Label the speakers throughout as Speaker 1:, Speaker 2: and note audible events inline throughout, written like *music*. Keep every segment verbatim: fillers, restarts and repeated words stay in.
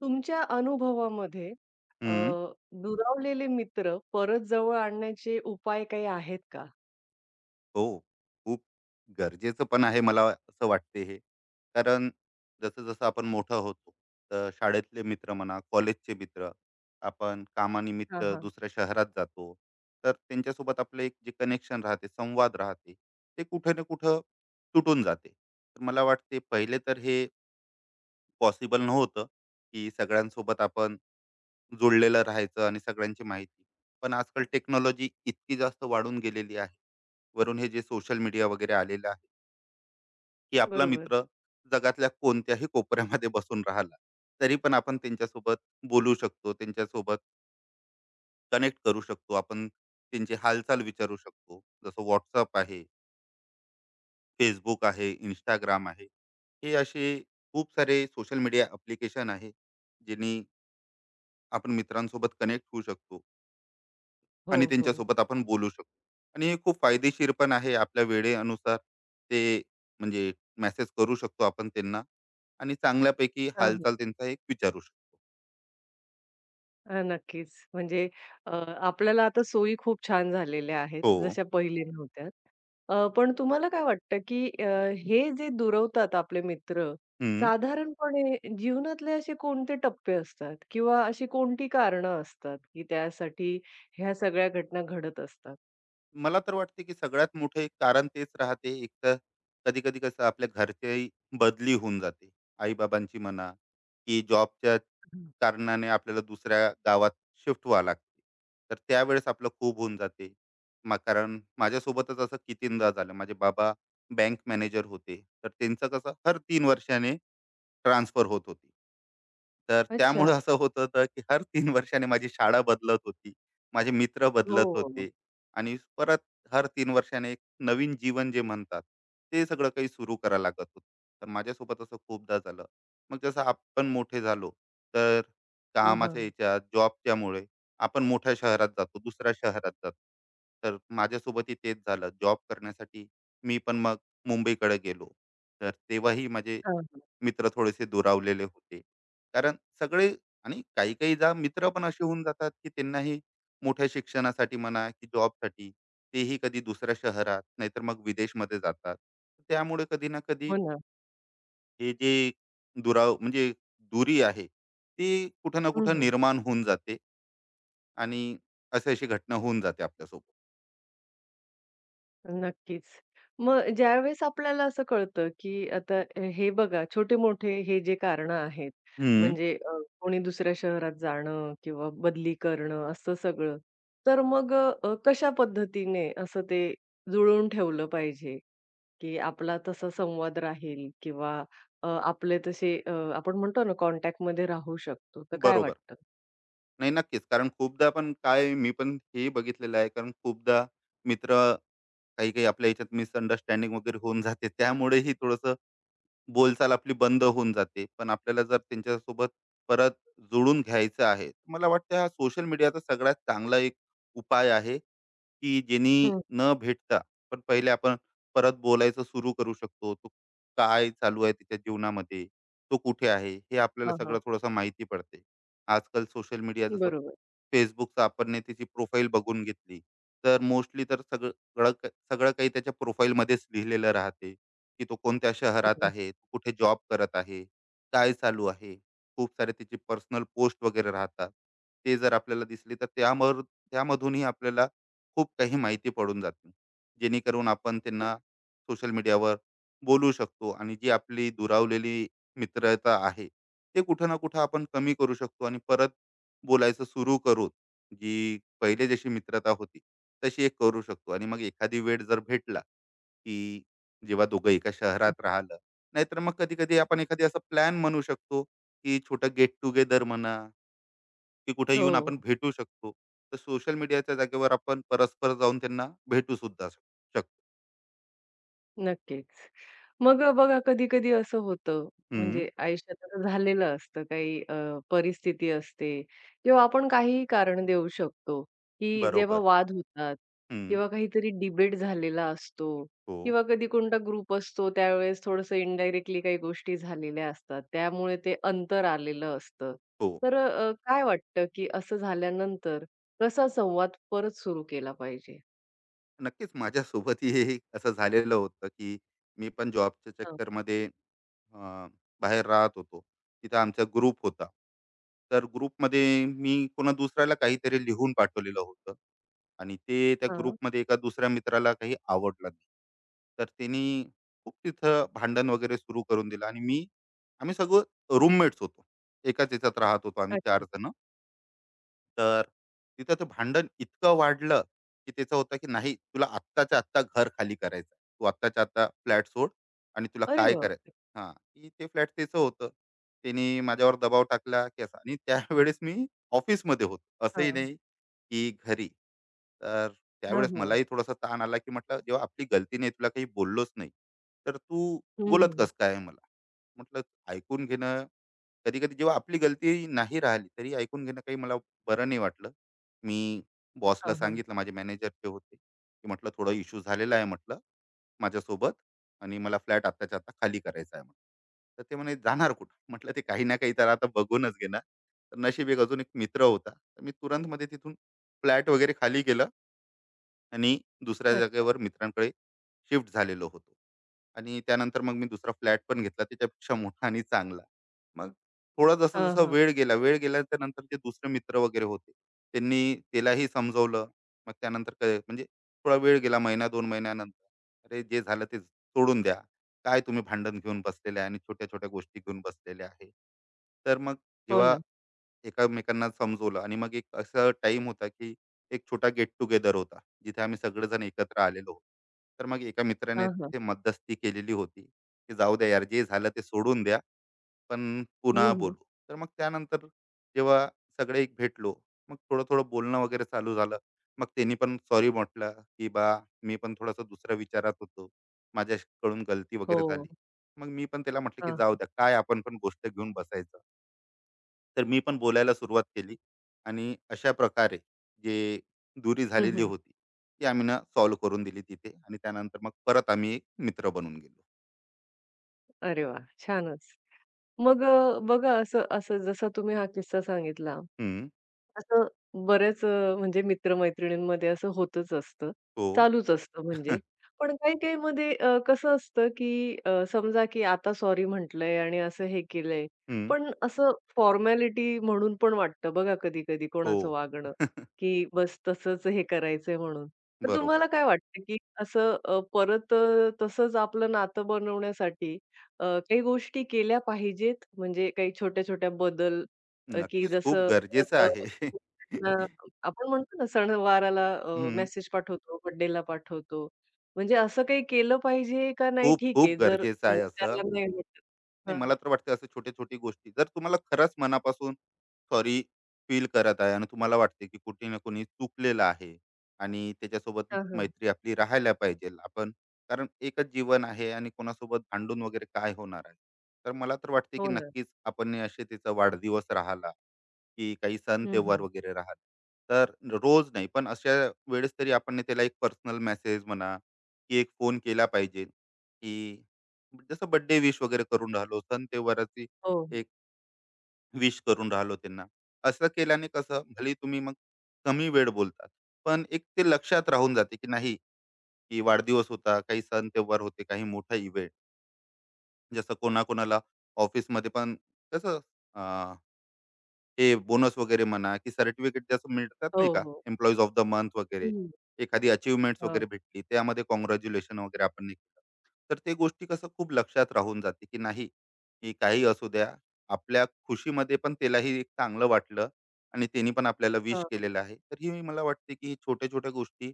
Speaker 1: तुमच्या अनुभवामध्ये अ,
Speaker 2: हं.
Speaker 1: दुरावलेले मित्र परत जवळ आणण्याचे उपाय काही आहेत का?
Speaker 2: हो. खूप गरजेचं पण आहे मला असं वाटते हे. कारण जसं-जसं आपण मोठं होतो, तर शाळेतले मित्र म्हणा, कॉलेजचे मित्र, आपण कामानिमित्त
Speaker 1: हां, हां.
Speaker 2: दुसऱ्या शहरात जातो, तर त्यांच्यासोबत आपलं एक जे कनेक्शन राहते, संवाद राहते, ते कुठे ना कुठं तुटून जाते. तर मला वाटते पहिले तर हे पॉसिबल नव्हतं, की सगळ्यांसोबत आपण जुळलेलं राहायचं आणि सगळ्यांची माहिती. पण आजकाल टेक्नॉलॉजी इतकी जास्त वाढून गेलेली आहे. वरून हे जे सोशल मीडिया वगैरे आलेलं आहे, की आपला
Speaker 1: बरोबर.
Speaker 2: मित्र जगातल्या कोणत्याही कोपऱ्यामध्ये बसून राहिला, तरी पण आपण त्यांच्यासोबत बोलू शकतो, त्यांच्यासोबत कनेक्ट करू शकतो. आपण त्यांची हालचाल विचारू शकतो. जसं WhatsApp आहे, Facebook आहे, Instagram आहे. हे असे खूप सारे सोशल मीडिया ॲप्लिकेशन आहे, ज्यांनी आपण मित्रांसोबत कनेक्ट होऊ शकतो.
Speaker 1: हो,
Speaker 2: आणि
Speaker 1: हो.
Speaker 2: त्यांच्यासोबत आपण बोलू शकतो आणि हे खूप फायदेशीर पण आहे आपल्या वेळेनुसार ते म्हणजे मेसेज करू शकतो आपण त्यांना आणि चांगल्यापैकी
Speaker 1: हां, हां.
Speaker 2: हालचाल त्यांचा एक विचारू शकतो.
Speaker 1: अ, नक्कीच. म्हणजे अ, आपल्याला आता सोयी खूप छान झालेल्या आहेत,
Speaker 2: हो.
Speaker 1: जशा पहिले नव्हत्या. अ, पण तुम्हाला काय वाटतं, की अ, हे जे दुरवतात आपले मित्र,
Speaker 2: हं.
Speaker 1: साधारणपणे जीवनातले असे कोणते टप्पे असतात किंवा अशी कोणती कारणं असतात, की त्यासाठी ह्या सगळ्या घटना घडत असतात?
Speaker 2: मला तर वाटते, की सगळ्यात मोठं एक कारण तेच राहते. एक तर कधी-कधी कसं आपल्या घरच्याही बदली होऊन जाते. आई-बाबांची म्हणा, की जॉबच्या
Speaker 1: हं.
Speaker 2: कारणाने आपल्याला दुसऱ्या गावात शिफ्ट व्हावं लागते. तर त्यावेळेस आपलं खूप होऊन जाते. मा कारण माझ्यासोबतच असं कितींदा झालं. माझे बाबा बँक मॅनेजर होते. तर त्यांचं कसं हर तीन वर्षाने ट्रान्सफर होत होती. तर त्यामुळं
Speaker 1: अच्छा.
Speaker 2: असं होत होतं, की हर तीन वर्षाने माझी शाळा बदलत होती. माझे मित्र
Speaker 1: हो,
Speaker 2: बदलत
Speaker 1: हो.
Speaker 2: होते. आणि परत हर तीन वर्षाने एक नवीन जीवन जे म्हणतात ते सगळं काही सुरू करायला लागत होतं तर माझ्यासोबत असं खूपदा झालं मग जसं आपण मोठे झालो तर
Speaker 1: हां,
Speaker 2: कामाच्या
Speaker 1: हां.
Speaker 2: याच्या जॉबच्यामुळे आपण मोठ्या शहरात जातो दुसऱ्या शहरात जातो तर माझ्यासोबतही तेच झालं जॉब करण्यासाठी मी पण मग मुंबईकडे गेलो तर तेव्हाही माझे
Speaker 1: हां, हां.
Speaker 2: मित्र थोडेसे दुरावलेले होते. कारण सगळे आणि काही-काही जा मित्र पण असे होऊन जातात, की त्यांनाही मोठ्या शिक्षणासाठी म्हणा की जॉबसाठी तेही कधी दुसऱ्या शहरात नाहीतर मग विदेशमध्ये जातात. त्यामुळे कधी ना कधी
Speaker 1: हो ना.
Speaker 2: हे जे दुराव म्हणजे दुरी आहे, ती कुठं ना
Speaker 1: हं,
Speaker 2: कुठं
Speaker 1: हं.
Speaker 2: निर्माण होऊन जाते आणि अशी अशी घटना होऊन जाते आपल्यासोबत.
Speaker 1: नक्कीच. मग ज्यावेळेस आपल्याला असं कळतं, की आता हे बघा छोटे-मोठे हे जे कारणं आहेत,
Speaker 2: हं.
Speaker 1: म्हणजे अ, कोणी दुसऱ्या शहरात जाणं किंवा बदली करणं असं सगळं. तर मग अ, कशा पद्धतीने असं ते जुळवून ठेवलं पाहिजे, की आपला तसा संवाद राहील किंवा अ, आपले तसे अ, आपण म्हणतो ना कॉन्टॅक्टमध्ये राहू शकतो. तर काय
Speaker 2: बरोबर.
Speaker 1: वाटतं?
Speaker 2: नाही नक्कीच. कारण खूपदा पण काय मी पण हे बघितलेलं आहे कारण खूपदा मित्र काही-काही आपल्या ह्याच्यात मिसअंडरस्टँडिंग वगैरे होऊन जाते. त्यामुळेही थोडंसं बोलचाल आपली बंद होऊन जाते. पण आपल्याला जर त्यांच्यासोबत परत जुळून घ्यायचं आहे, मला वाटतं हा सोशल मीडियाचा सगळ्यात चांगला एक उपाय आहे, की ज्यांनी
Speaker 1: हं.
Speaker 2: न भेटता पण पहिले आपण परत बोलायचं सुरू करू शकतो. तो काय चालू आहे त्याच्या जीवनामध्ये, तो कुठे आहे, हे आपल्याला
Speaker 1: हां,
Speaker 2: सगळं
Speaker 1: हां.
Speaker 2: थोडंसं माहिती पडते. आजकाल सोशल मीडिया जसं
Speaker 1: बरोबर.
Speaker 2: Facebookचं आपण नाही त्याची प्रोफाईल बघून घेतली, तर मोस्टली तर सगळं सगळं का सगळं काही त्याच्या प्रोफाईलमध्येच लिहिलेलं राहते, की तो कोणत्या शहरात
Speaker 1: हं,
Speaker 2: आहे, तो कुठे जॉब करत आहे, काय चालू आहे. खूप सारे त्याचे पर्सनल पोस्ट वगैरे राहतात. ते जर आपल्याला दिसले, तर त्यामर त्यामधूनही आपल्याला खूप काही माहिती पडून जाते जेणेकरून आपण
Speaker 1: हं.
Speaker 2: त्यांना सोशल मीडियावर बोलू शकतो आणि जी आपली दुरावलेली मित्रता आहे ते कुठं ना कुठं आपण कमी करू शकतो आणि परत बोलायचं सुरू करू जी पहिले जशी मित्रता होती तशी एक करू शकतो आणि मग एखादी वेळ जर भेटला की जेव्हा दोघं एका शहरात राहिलं नाहीतर मग कधी कधी आपण एखादी असं प्लॅन म्हणू शकतो की छोटं गेट टुगेदर म्हणा की कुठे येऊन
Speaker 1: हो,
Speaker 2: आपण भेटू शकतो. तर सोशल मीडियाच्या जागेवर आपण परस्पर जाऊन त्यांना भेटू सुद्धा शक- शकतो.
Speaker 1: नक्कीच. मग अ, बघा कधी-कधी असं होतं,
Speaker 2: हं,
Speaker 1: म्हणजे आयुष्यात असं झालेलं असतं काही अ, परिस्थिती असते किंवा आपण काहीही कारण देऊ शकतो, की जेव्हा
Speaker 2: बरोबर.
Speaker 1: वाद होतात
Speaker 2: हं.
Speaker 1: किंवा काहीतरी डिबेट झालेला असतो
Speaker 2: हो,
Speaker 1: किंवा कधी कोणता ग्रुप असतो त्यावेळेस थोडंसं इनडायरेक्टली काही गोष्टी झालेल्या असतात. त्यामुळे ते अंतर आलेलं असतं.
Speaker 2: हो.
Speaker 1: तर अ, काय वाटतं, की असं झाल्यानंतर कसा संवाद परत सुरू केला पाहिजे?
Speaker 2: नक्कीच माझ्यासोबतही हे असं झालेलं होतं की मी पण जॉबच्या
Speaker 1: हां,
Speaker 2: चक्करमध्ये अ, बाहेर राहत होतो तिथं आमचा ग्रुप होता तर ग्रुपमध्ये मी कोणा दुसऱ्याला काहीतरी लिहून पाठवलेलं होतं आणि ते त्या
Speaker 1: हां.
Speaker 2: ग्रुपमध्ये एका दुसऱ्या मित्राला काही आवडलं नाही तर त्यांनी खूप तिथं भांडण वगैरे सुरू करून दिलं आणि मी आम्ही सगळं रूममेट्स होतो एकाच याच्यात राहत होतो आम्ही चार
Speaker 1: अच्छा.
Speaker 2: जण तर तिथं ते भांडण इतकं वाढलं की त्याचं होतं की नाही तुला आत्ताच्या आत्ता घर खाली करायचं तू आत्ताच्या आत्ता फ्लॅट सोड आणि तुला
Speaker 1: अरे
Speaker 2: काय
Speaker 1: बापरे!
Speaker 2: करायचं हां की ते फ्लॅट त्याचं होतं त्याने माझ्यावर दबाव टाकला की असा आणि त्यावेळेस मी ऑफिसमध्ये होतो असंही
Speaker 1: हां,
Speaker 2: नाही की घरी तर
Speaker 1: हां,
Speaker 2: त्यावेळेस
Speaker 1: हां.
Speaker 2: मलाही थोडासा ताण आला की म्हटलं जेव्हा आपली गलती नाही तुला काही बोललोच नाही तर तू
Speaker 1: हं,
Speaker 2: बोलत
Speaker 1: हं.
Speaker 2: कस काय मला म्हटलं ऐकून घेणं कधी कधी जेव्हा आपली गलती नाही राहिली तरी ऐकून घेणं काही मला बरं नाही वाटलं. मी बॉसला
Speaker 1: हां, हां.
Speaker 2: सांगितलं माझे मॅनेजर जे होते, की म्हटलं थोडा इश्यू झालेला आहे म्हटलं माझ्यासोबत आणि मला फ्लॅट आत्ताच्या आता खाली करायचा आहे म्हटलं. तर ते म्हणे, "जाणार कुठं?" म्हटलं, "ते काही ना काही तर आता बघूनच घेणार." तर नशीब एक अजून एक मित्र होता. तर मी तुरंतमध्ये तिथून फ्लॅट वगैरे खाली केलं. आणि दुसऱ्या
Speaker 1: अच्छा.
Speaker 2: जागेवर मित्रांकडे शिफ्ट झालेलो होतो. आणि त्यानंतर मग मी दुसरा फ्लॅट पण घेतला त्याच्यापेक्षा मोठा आणि चांगला. मग थोडा
Speaker 1: हां,
Speaker 2: जसा-जसा
Speaker 1: हां.
Speaker 2: वेळ गेला, वेळ गेल्याच्या नंतर जे दुसरे मित्र वगैरे होते, त्यांनी त्यालाही समजवलं. मग त्यानंतर काय म्हणजे थोडा वेळ गेला महिना दोन महिन्यानंतर, "अरे जे झालं ते सोडून द्या. काय तुम्ही भांडण घेऊन बसलेले आहे आणि छोट्या-छोट्या गोष्टी घेऊन बसलेले आहे." तर मग
Speaker 1: हो
Speaker 2: जेव्हा
Speaker 1: ना.
Speaker 2: एकमेकांना समजवलं आणि मग एक असा टाइम होता, की एक छोटा गेट टुगेदर होता, जिथे आम्ही सगळेजण एकत्र आलेलो होतो. तर मग एका मित्राने
Speaker 1: हां, हां.
Speaker 2: तिथे मध्यस्थी केलेली होती, की जाऊ द्या यार, जे झालं ते सोडून द्या, पण
Speaker 1: हं,
Speaker 2: पुन्हा
Speaker 1: हं.
Speaker 2: बोलू. तर मग त्यानंतर जेव्हा सगळे एक भेटलो, मग थोडं-थोडं बोलणं वगैरे चालू झालं. मग त्यांनी पण सॉरी म्हटलं, की "बा, मी पण थोडासा दुसऱ्या विचारात होतो. माझ्याकडून गलती वगैरे
Speaker 1: हो.
Speaker 2: झाली." मग मी पण त्याला म्हटलं, की
Speaker 1: हां,
Speaker 2: "जाऊ
Speaker 1: हां.
Speaker 2: द्या, काय आपण पण गोष्ट घेऊन बसायचं." तर मी पण बोलायला सुरुवात केली आणि अशा प्रकारे जे दुरी
Speaker 1: हं,
Speaker 2: झालेली
Speaker 1: हं.
Speaker 2: होती ती आम्ही ना सॉल्व्ह करून दिली तिथे आणि त्यानंतर मग परत आम्ही एक मित्र बनून गेलो
Speaker 1: अरे वाह! छानच. मग अ, बघा असं असं जसा तुम्ही हा किस्सा सांगितला
Speaker 2: हम्म,
Speaker 1: असं बऱ्याच अ, म्हणजे मित्र-मैत्रिणींमध्ये असं होतच असतं.
Speaker 2: हो
Speaker 1: चालूच असतं
Speaker 2: *laughs*
Speaker 1: म्हणजे. पण काही-काहीमध्ये अ, कसं असतं, की अ, समजा की आता सॉरी म्हटलंय आणि असं हे केलंय.
Speaker 2: हम्म,
Speaker 1: पण असं फॉर्मॅलिटी म्हणून पण वाटतं बघा कधी-कधी
Speaker 2: हो
Speaker 1: कोणाचं वागणं,
Speaker 2: *laughs*
Speaker 1: की बस तसंच हे करायचंय म्हणून. तर
Speaker 2: बरोबर
Speaker 1: तुम्हाला काय वाटतं, की असं अ, परत अ, तसंच आपलं नातं बनवण्यासाठी अ, काही गोष्टी केल्या पाहिजेत? म्हणजे काही छोट्या-छोट्या बदल अ, की
Speaker 2: नक्कीच खूप
Speaker 1: जसं
Speaker 2: गरजेचं
Speaker 1: परत
Speaker 2: आहे
Speaker 1: त्यांना
Speaker 2: *laughs*
Speaker 1: आपण म्हणतो ना सणवाराला अ,
Speaker 2: हम्म,
Speaker 1: मेसेज पाठवतो, बर्थडेला पाठवतो. म्हणजे असं काही केलं पाहिजे का नाही
Speaker 2: खूप
Speaker 1: ठीक
Speaker 2: खूप
Speaker 1: आहे जर
Speaker 2: गरजेचं आहे असं
Speaker 1: समोरच्याला नाही वाटत.
Speaker 2: नाही
Speaker 1: हां,
Speaker 2: मला तर वाटते असं छोटे छोटी गोष्टी जर तुम्हाला खरंच मनापासून सॉरी फील करत आहे आणि तुम्हाला वाटते की कुठे ना कुणी चुकलेलं आहे आणि त्याच्यासोबत
Speaker 1: हां, हां.
Speaker 2: मैत्री आपली राहायला पाहिजे. आपण कारण एकच जीवन आहे आणि कोणासोबत भांडून वगैरे काय होणार आहे. तर मला तर वाटते की
Speaker 1: हो ना.
Speaker 2: नक्कीच आपण हे असे तिचा वाढदिवस राहिला, की काही सण
Speaker 1: हं,
Speaker 2: तेव्हार
Speaker 1: हं.
Speaker 2: वगैरे राहिला. तर रोज नाही पण अशा वेळेस तरी आपण ने त्याला एक पर्सनल मेसेज म्हणा, की एक फोन केला पाहिजे, की जसं बर्थडे विश वगैरे करून राहिलो, सण त्योहाराची
Speaker 1: हो, हो.
Speaker 2: एक विश करून राहिलो त्यांना. असं केल्याने कसं भलेही तुम्ही मग कमी वेळ बोलतात, पण एक ते लक्षात राहून जाते, की नाही की वाढदिवस होता, काही सण त्योहार होते, काही मोठा इव्हेंट. जसं कोणाकोणाला ऑफिसमध्ये पण कसं अ, हे बोनस वगैरे म्हणा, की सर्टिफिकेट जसं मिळतात
Speaker 1: हो,
Speaker 2: नाही का,
Speaker 1: हो.
Speaker 2: एम्प्लॉईज ऑफ द मंथ वगैरे.
Speaker 1: हं.
Speaker 2: एखादी अचीव्हमेंट्स
Speaker 1: हां,
Speaker 2: वगैरे भेटली, त्यामध्ये काँग्रॅच्युलेशन वगैरे आपण नाही केलं. तर ते गोष्टी कसं खूप लक्षात राहून जाते की नाही की काही असू द्या आपल्या खुशीमध्ये पण त्यालाही एक चांगलं वाटलं आणि त्यांनी पण आपल्याला
Speaker 1: हां,
Speaker 2: विश
Speaker 1: हां.
Speaker 2: केलेलं आहे तर ही मला वाटते की छोट्या छोट्या गोष्टी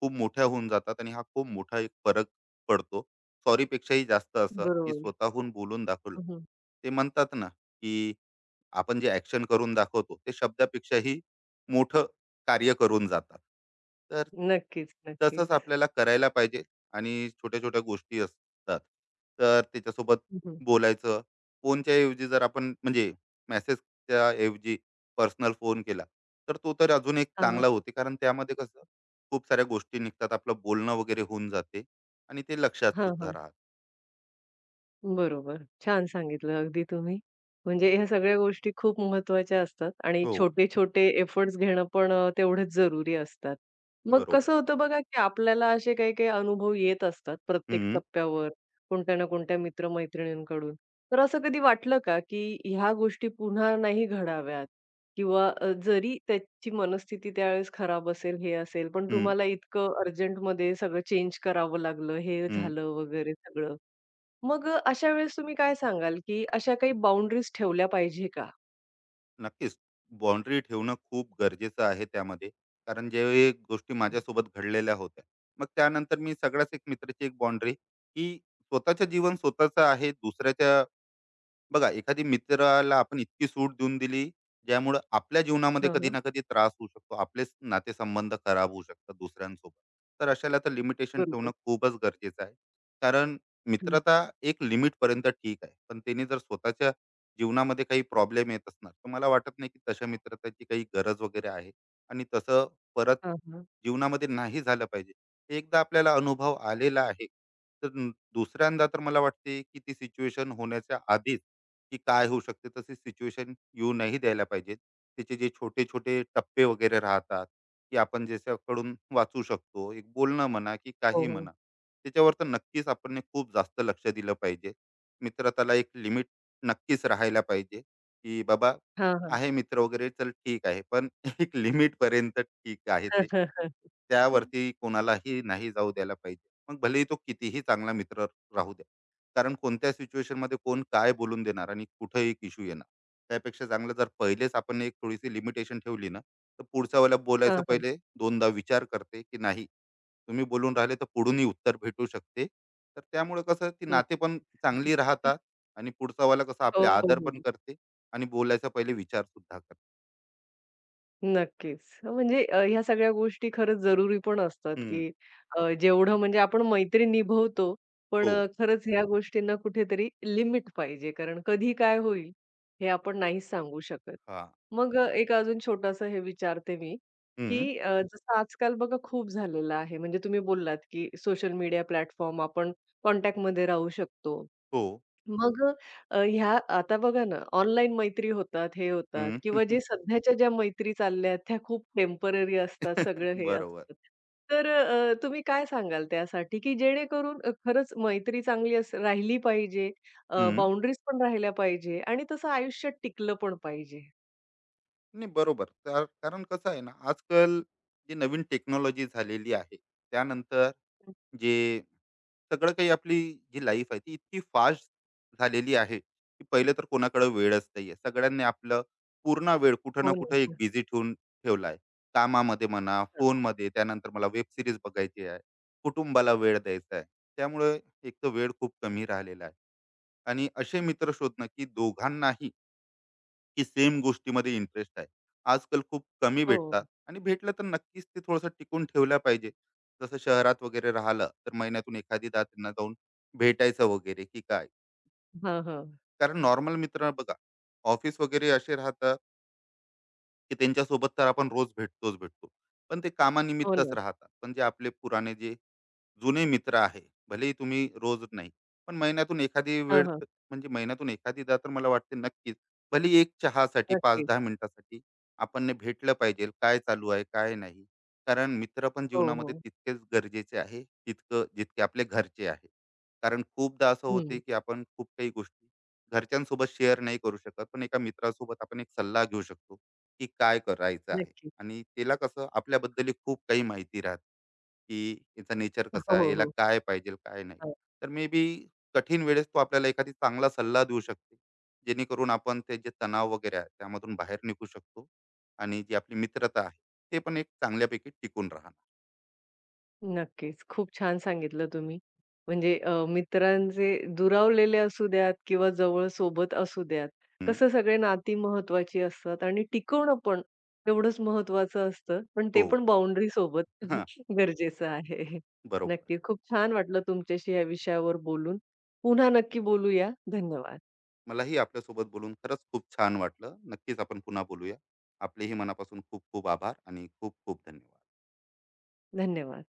Speaker 2: खूप मोठ्या होऊन जातात आणि हा खूप मोठा एक फरक पडतो सॉरीपेक्षाही जास्त असं की
Speaker 1: बरोबर.
Speaker 2: स्वतःहून बोलून दाखवलं
Speaker 1: हं,
Speaker 2: ते म्हणतात ना की आपण जे ॲक्शन करून दाखवतो, ते शब्दापेक्षाही मोठं कार्य करून जातात. तर
Speaker 1: नक्कीच,
Speaker 2: तसंच
Speaker 1: नक्कीच.
Speaker 2: आपल्याला करायला पाहिजे आणि छोट्या-छोट्या गोष्टी असतात. तर त्याच्यासोबत
Speaker 1: हं, हं.
Speaker 2: बोलायचं. फोनच्या ऐवजी जर आपण म्हणजे मेसेजच्या ऐवजी पर्सनल फोन केला, तर तो तर अजून एक
Speaker 1: हां,
Speaker 2: चांगला होते. कारण त्यामध्ये कसं खूप साऱ्या गोष्टी निघतात. आपलं बोलणं वगैरे होऊन जाते आणि ते लक्षातसुद्धा
Speaker 1: हां,
Speaker 2: राहतं.
Speaker 1: बरोबर. छान सांगितलं अगदी तुम्ही. म्हणजे ह्या सगळ्या गोष्टी खूप महत्त्वाच्या असतात आणि
Speaker 2: हो,
Speaker 1: छोटे-छोटे एफर्ट्स घेणं पण अ, तेवढेच जरुरी असतात. मग
Speaker 2: बरोबर.
Speaker 1: कसं होतं बघा, की आपल्याला असे काही-काही अनुभव येत असतात प्रत्येक
Speaker 2: हं,
Speaker 1: टप्प्यावर, कोणत्या ना कोणत्या मित्र तर असं कधी वाटलं का, की ह्या गोष्टी पुन्हा नाही घडाव्यात किंवा अ, जरी त्याची मनस्थिती त्यावेळेस खराब असेल, हे असेल, पण
Speaker 2: हं,
Speaker 1: तुम्हाला इतकं अर्जंटमध्ये सगळं चेंज करावं लागलं, हे
Speaker 2: हं.
Speaker 1: झालं वगैरे सगळं? मग अ, अशा वेळेस तुम्ही काय सांगाल, की अशा काही बाउंडरीज ठेवल्या पाहिजे का?
Speaker 2: नक्कीच. बाउंडरी ठेवणं खूप गरजेचं आहे त्यामध्ये. कारण जे गोष्टी माझ्यासोबत घडलेल्या होत्या. मग त्यानंतर मी सगळ्याच एक मित्राची एक बाउंडरी, की स्वतःचं जीवन स्वतःचं आहे. दुसऱ्याच्या बघा एखादी मित्राला आपण इतकी सूट देऊन दिली ज्यामुळे आपल्या जीवनामध्ये
Speaker 1: हं,
Speaker 2: कधी
Speaker 1: हं.
Speaker 2: ना कधी त्रास होऊ शकतो आपलेच नातेसंबंध खराब होऊ शकतात दुसऱ्यांसोबत तर अशाला तर लिमिटेशन ठेवणं
Speaker 1: बरोबर.
Speaker 2: खूपच गरजेचं आहे कारण
Speaker 1: हं.
Speaker 2: मित्रता एक लिमिट पर्यंत ठीक आहे पण त्यांनी जर स्वतःच्या जीवनामध्ये काही प्रॉब्लेम येत असणार तर मला वाटत नाही की तशा मित्रताची काही गरज वगैरे आहे आणि तसं परत
Speaker 1: हां, हां.
Speaker 2: जीवनामध्ये नाही झालं पाहिजे एकदा आपल्याला अनुभव आलेला आहे तर न- दुसऱ्यांदा तर मला वाटते की ती सिच्युएशन होण्याच्या आधीच की काय होऊ शकते तशी सिच्युएशन येऊ नाही द्यायला पाहिजे. त्याचे जे छोटे-छोटे टप्पे वगैरे राहतात, की आपण ज्याच्याकडून वाचू शकतो. एक बोलणं म्हणा की
Speaker 1: हो,
Speaker 2: काही
Speaker 1: हो.
Speaker 2: म्हणा, त्याच्यावर तर नक्कीच आपण खूप जास्त लक्ष दिलं पाहिजे. मित्रताला एक लिमिट नक्कीच राहायला पाहिजे, की बाबा
Speaker 1: हां, हां.
Speaker 2: आहे मित्र वगैरे चल ठीक आहे. पण *laughs* एक लिमिटपर्यंत ठीक आहे
Speaker 1: हां,
Speaker 2: ते.
Speaker 1: हां.
Speaker 2: त्यावरती कोणालाही नाही जाऊ द्यायला पाहिजे. मग भलेही तो कितीही चांगला मित्र राहू द्या. कारण कोणत्या सिच्युएशनमध्ये कोण काय बोलून देणार आणि कुठं एक इश्यू येणार. त्यापेक्षा चांगलं जर पहिलेच आपण एक थोडीशी लिमिटेशन ठेवली ना, तर पुढच्या वेळेला
Speaker 1: हां,
Speaker 2: बोलायचं
Speaker 1: हां.
Speaker 2: पहिले दोनदा विचार करते, की नाही तुम्ही बोलून राहिले तर पुढूनही उत्तर भेटू शकते. तर त्यामुळे कसं ती
Speaker 1: हां.
Speaker 2: नाते पण चांगली
Speaker 1: *laughs* हं.
Speaker 2: राहतात आणि पुढचा वाला कसं
Speaker 1: हो,
Speaker 2: आपले आदर
Speaker 1: हो.
Speaker 2: पण करते आणि बोलायचा पहिले विचारसुद्धा करते.
Speaker 1: नक्कीच. म्हणजे अ, ह्या सगळ्या गोष्टी खरंच जरुरी पण असतात,
Speaker 2: हं.
Speaker 1: की अ, जेवढं म्हणजे आपण मैत्री निभवतो, पण
Speaker 2: हो.
Speaker 1: अ, खरंच ह्या गोष्टींना कुठेतरी लिमिट पाहिजे. कारण कधी काय होईल हे आपण नाहीच सांगू शकत.
Speaker 2: हां.
Speaker 1: मग अ, एक अजून छोटंसं हे विचारते मी,
Speaker 2: हं.
Speaker 1: की अ, जसं आजकाल बघा खूप झालेलं आहे. म्हणजे तुम्ही बोललात, की सोशल मीडिया प्लॅटफॉर्म आपण कॉन्टॅक्टमध्ये राहू शकतो.
Speaker 2: हो.
Speaker 1: मग अ, ह्या आता बघा ना, ऑनलाईन मैत्री होतात, हे होतात
Speaker 2: हं.
Speaker 1: किंवा जे
Speaker 2: *laughs*
Speaker 1: सध्याच्या ज्या मैत्री चालल्या आहेत, त्या खूप टेम्पररी असतात, सगळं हे
Speaker 2: बरोबर.
Speaker 1: असतं. तर अ, तुम्ही काय सांगाल त्यासाठी, की जेणेकरून अ, खरंच मैत्री चांगली अस राहिली पाहिजे, अ,
Speaker 2: हं.
Speaker 1: बाउंडरीज पण राहिल्या पाहिजे आणि तसं आयुष्यात टिकलं पण पाहिजे?
Speaker 2: नाही बरोबर कार- कारण कसं आहे ना आजकाल जी नवीन टेक्नॉलॉजी झालेली आहे त्यानंतर जे सगळं काही आपली जी लाईफ आहे ती इतकी फास्ट झालेली आहे की पहिले तर कोणाकडे वेळच नाही आहे सगळ्यांनी आपलं पूर्ण वेळ कुठं ना
Speaker 1: हो ना.
Speaker 2: कुठं एक बिझी ठेवून ठेवला आहे कामामध्ये म्हणा फोनमध्ये त्यानंतर मला वेब सिरीज बघायची आहे कुटुंबाला वेळ द्यायचा आहे त्यामुळे एक तर वेळ खूप कमी राहिलेला आहे आणि असे मित्र शोधणं की दोघांनाही की सेम गोष्टीमध्ये इंटरेस्ट आहे. आजकाल खूप कमी भेटतात
Speaker 1: हो.
Speaker 2: आणि भेटलं तर नक्कीच ते थोडंसं टिकून ठेवलं पाहिजे. जसं शहरात वगैरे राहिलं तर महिन्यातून एखादीदा त्यांना जाऊन भेटायचं वगैरे की काय.
Speaker 1: हां, हां.
Speaker 2: कारण नॉर्मल मित्र बघा ऑफिस वगैरे असे राहतात की त्यांच्यासोबत तर आपण रोज भेटतोच भेटतो. पण ते
Speaker 1: हो
Speaker 2: कामानिमित्तच
Speaker 1: ना.
Speaker 2: राहतात. पण जे आपले पुराणे जे जुने मित्र आहे भलेही तुम्ही रोज नाही पण महिन्यातून एखादी
Speaker 1: हां,
Speaker 2: वेळ
Speaker 1: हां.
Speaker 2: त- म्हणजे महिन्यातून एखादीदा तर मला वाटते नक्कीच भली एक चहासाठी पाच दहा
Speaker 1: नक्कीच.
Speaker 2: मिनिटासाठी आपण ने भेटलं पाहिजे काय चालू आहे काय नाही कारण मित्र पण
Speaker 1: हो,
Speaker 2: जीवनामध्ये
Speaker 1: हो.
Speaker 2: तितकेच गरजेचे आहे तितकं जितके आपले घरचे आहे कारण खूपदा असं होते
Speaker 1: हं.
Speaker 2: की आपण खूप काही गोष्टी घरच्यांसोबत शेअर नाही करू शकत पण एका मित्रासोबत आपण एक सल्ला घेऊ शकतो की काय करायचं आहे
Speaker 1: नक्कीच.
Speaker 2: आणि त्याला कसं आपल्याबद्दल खूप काही माहिती राहते की याचा नेचर कसा
Speaker 1: हो,
Speaker 2: आहे, याला
Speaker 1: हो.
Speaker 2: काय पाहिजे, काय नाही. तर मे बी कठीण वेळेस तो आपल्याला एखादी चांगला सल्ला देऊ शकते, जेणेकरून आपण ते जे तणाव वगैरे आहे, त्यामधून बाहेर निघू शकतो आणि जी आपली मित्रता आहे, ते पण एक चांगल्यापैकी टिकून राहणार.
Speaker 1: नक्कीच. खूप छान सांगितलं तुम्ही. म्हणजे अ, मित्रांचे दुरावलेले असू द्यात किंवा जवळ सोबत असू द्यात,
Speaker 2: हं,
Speaker 1: कसं सगळे नाती महत्त्वाची असतात आणि टिकवणं पण तेवढंच महत्त्वाचं असतं. पण ते
Speaker 2: हो.
Speaker 1: पण बाउंडरीसोबत
Speaker 2: हां,
Speaker 1: *laughs* गरजेचं आहे.
Speaker 2: बरोबर.
Speaker 1: नक्की. खूप छान वाटलं तुमच्याशी या विषयावर बोलून. पुन्हा नक्की बोलूया. धन्यवाद.
Speaker 2: मलाही आपल्यासोबत बोलून खरंच खूप छान वाटलं. नक्कीच आपण पुन्हा बोलूया. आपलेही मनापासून खूप खूप आभार आणि खूप खूप धन्यवाद.
Speaker 1: धन्यवाद.